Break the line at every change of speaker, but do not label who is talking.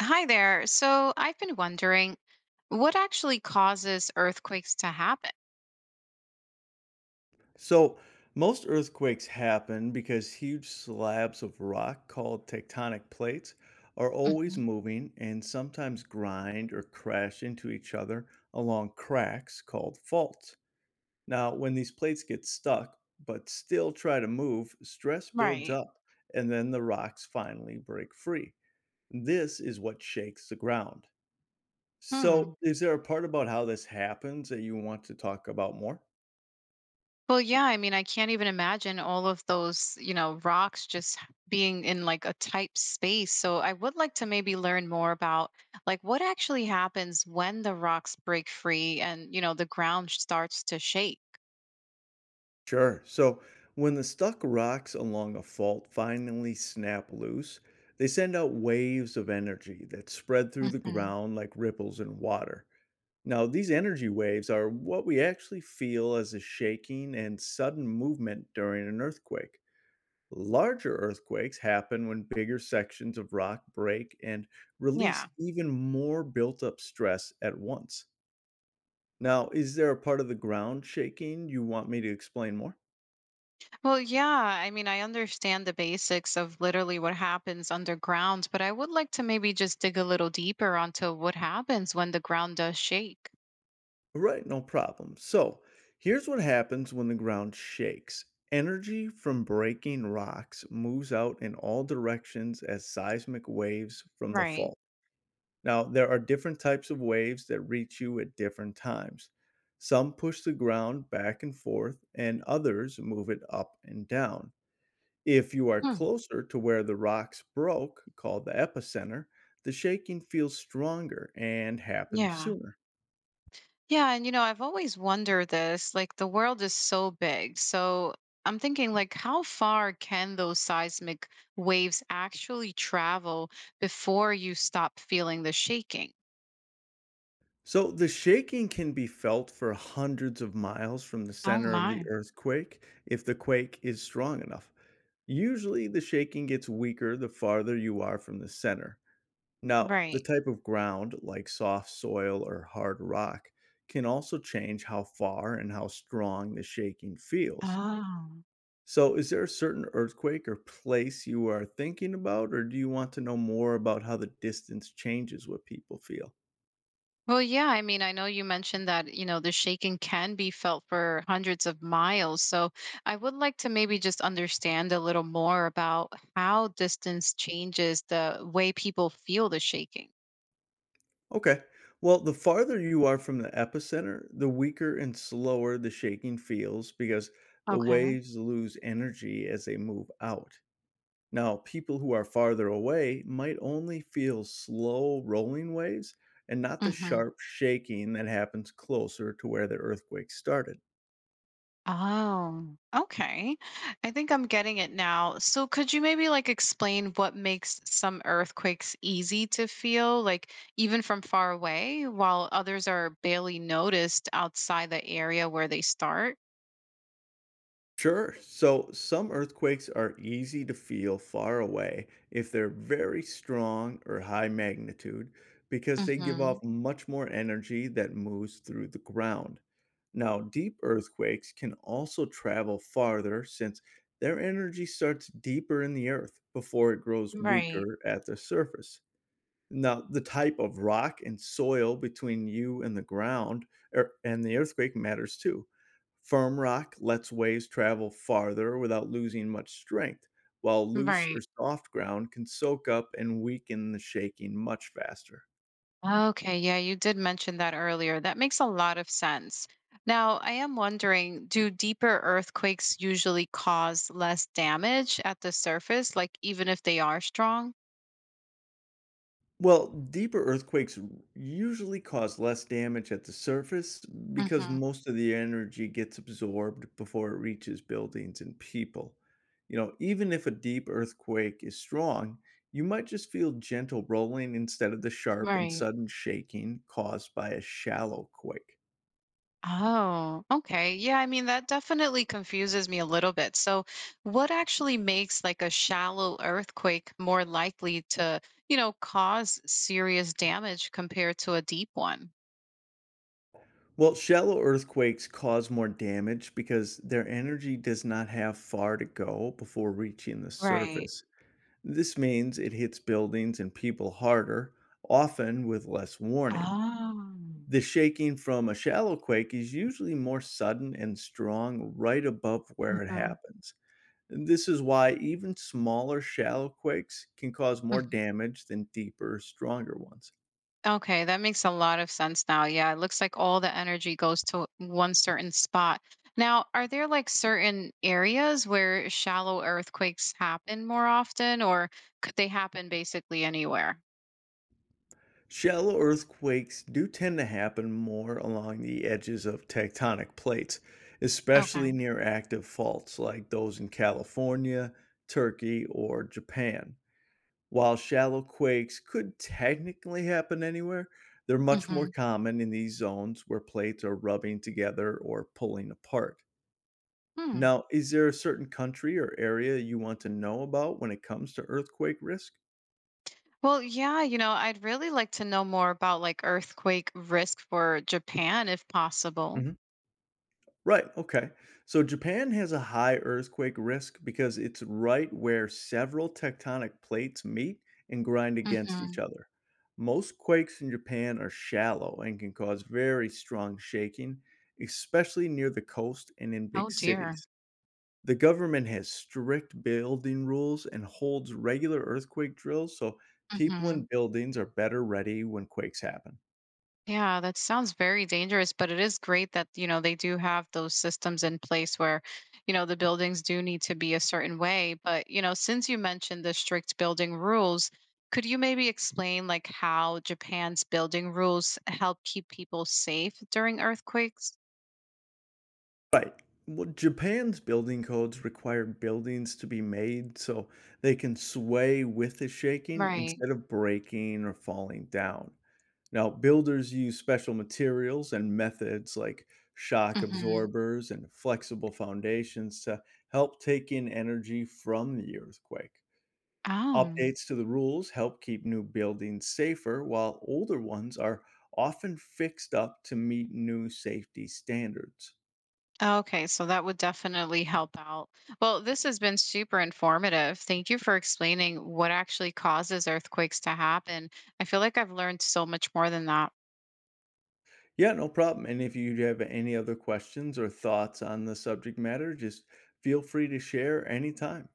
Hi there. So I've been wondering what actually causes earthquakes to happen?
So, most earthquakes happen because huge slabs of rock called tectonic plates are always
Hmm.
moving and sometimes grind or crash into each other along cracks called faults. Now, when these plates get stuck but still try to move, stress builds
Right.
up and then the rocks finally break free. This is what shakes the ground.
Hmm.
So, is there a part about how this happens that you want to talk about more?
Well, yeah, I mean, I can't even imagine all of those, rocks just being in like a tight space. So I would like to maybe learn more about like what actually happens when the rocks break free and the ground starts to shake.
Sure. So when the stuck rocks along a fault finally snap loose, they send out waves of energy that spread through the
Hmm.
ground like ripples in water. Now, these energy waves are what we actually feel as a shaking and sudden movement during an earthquake. Larger earthquakes happen when bigger sections of rock break and release
Yeah.
even more built up stress at once. Now, is there a part of the ground shaking you want me to explain more?
Well, yeah. I mean, I understand the basics of literally what happens underground, but I would like to maybe just dig a little deeper onto what happens when the ground does shake.
Right, no problem. So, here's what happens when the ground shakes. Energy from breaking rocks moves out in all directions as seismic waves from the
Right.
fault. Now, there are different types of waves that reach you at different times. Some push the ground back and forth, and others move it up and down. If you are
Hmm.
closer to where the rocks broke, called the epicenter, the shaking feels stronger and happens
Yeah.
sooner.
Yeah. And I've always wondered this like, the world is so big. So I'm thinking, like, how far can those seismic waves actually travel before you stop feeling the shaking?
So the shaking can be felt for hundreds of miles from the
Oh,
center of the
my.
earthquake if the quake is strong enough. Usually, the shaking gets weaker the farther you are from the center. Now, the
Right.
type of ground, like soft soil or hard rock, can also change how far and how strong the shaking feels.
Oh.
So, is there a certain earthquake or place you are thinking about, or do you want to know more about how the distance changes what people feel?
Well, yeah, I mean, I know you mentioned that the shaking can be felt for hundreds of miles. So I would like to maybe just understand a little more about how distance changes the way people feel the shaking.
Okay. Well, the farther you are from the epicenter, the weaker and slower the shaking feels because the
Okay.
waves lose energy as they move out. Now, people who are farther away might only feel slow rolling waves and not the
Hmm.
sharp shaking that happens closer to where the earthquake started.
Oh, okay. I think I'm getting it now. So could you maybe like explain what makes some earthquakes easy to feel, like even from far away, while others are barely noticed outside the area where they start?
Sure. So some earthquakes are easy to feel far away if they're very strong or high magnitude because they give
Mm-hmm.
off much more energy that moves through the ground. Now, deep earthquakes can also travel farther since their energy starts deeper in the earth before it grows
Right,
weaker at the surface. Now, the type of rock and soil between you and the ground and the earthquake matters too. Firm rock lets waves travel farther without losing much strength, while loose
right.
or soft ground can soak up and weaken the shaking much faster.
Okay, yeah, you did mention that earlier. That makes a lot of sense. Now, I am wondering, do deeper earthquakes usually cause less damage at the surface, like even if they are strong?
Well, deeper earthquakes usually cause less damage at the surface because
Hmm.
most of the energy gets absorbed before it reaches buildings and people. You know, even if a deep earthquake is strong, you might just feel gentle rolling instead of the sharp and
Right.
sudden shaking caused by a shallow quake.
Oh, okay. Yeah, I mean, that definitely confuses me a little bit. So, what actually makes like a shallow earthquake more likely to cause serious damage compared to a deep one?
Well, shallow earthquakes cause more damage because their energy does not have far to go before reaching the
Right.
surface. This means it hits buildings and people harder, often with less warning.
Oh.
The shaking from a shallow quake is usually more sudden and strong right above where it
Mhm.
happens. This is why even smaller shallow quakes can cause more
Mhm.
damage than deeper, stronger ones.
Okay, that makes a lot of sense now. Yeah, it looks like all the energy goes to one certain spot. Now, are there like certain areas where shallow earthquakes happen more often, or could they happen basically anywhere?
Shallow earthquakes do tend to happen more along the edges of tectonic plates, especially
Okay.
near active faults like those in California, Turkey, or Japan. While shallow quakes could technically happen anywhere, they're much more
Hmm.
common in these zones where plates are rubbing together or pulling apart.
Hmm.
Now, is there a certain country or area you want to know about when it comes to earthquake risk?
Well, yeah, I'd really like to know more about like earthquake risk for Japan if possible.
Right, okay. So Japan has a high earthquake risk because it's right where several tectonic plates meet and grind against
Hmm.
each other. Most quakes in Japan are shallow and can cause very strong shaking, especially near the coast and in
Oh
big
dear.
cities. The government has strict building rules and holds regular earthquake drills so people
Hmm.
and buildings are better ready when quakes happen.
Yeah, that sounds very dangerous, but it is great that they do have those systems in place where the buildings do need to be a certain way. But since you mentioned the strict building rules, could you maybe explain like how Japan's building rules help keep people safe during earthquakes?
Right. Well, Japan's building codes require buildings to be made so they can sway with the shaking
Right.
instead of breaking or falling down. Now, builders use special materials and methods like shock
Hmm.
absorbers and flexible foundations to help take in energy from the earthquake.
Oh.
Updates to the rules help keep new buildings safer, while older ones are often fixed up to meet new safety standards.
Okay, so that would definitely help out. Well, this has been super informative. Thank you for explaining what actually causes earthquakes to happen. I feel like I've learned so much more than that.
Yeah, no problem. And if you have any other questions or thoughts on the subject matter, just feel free to share anytime.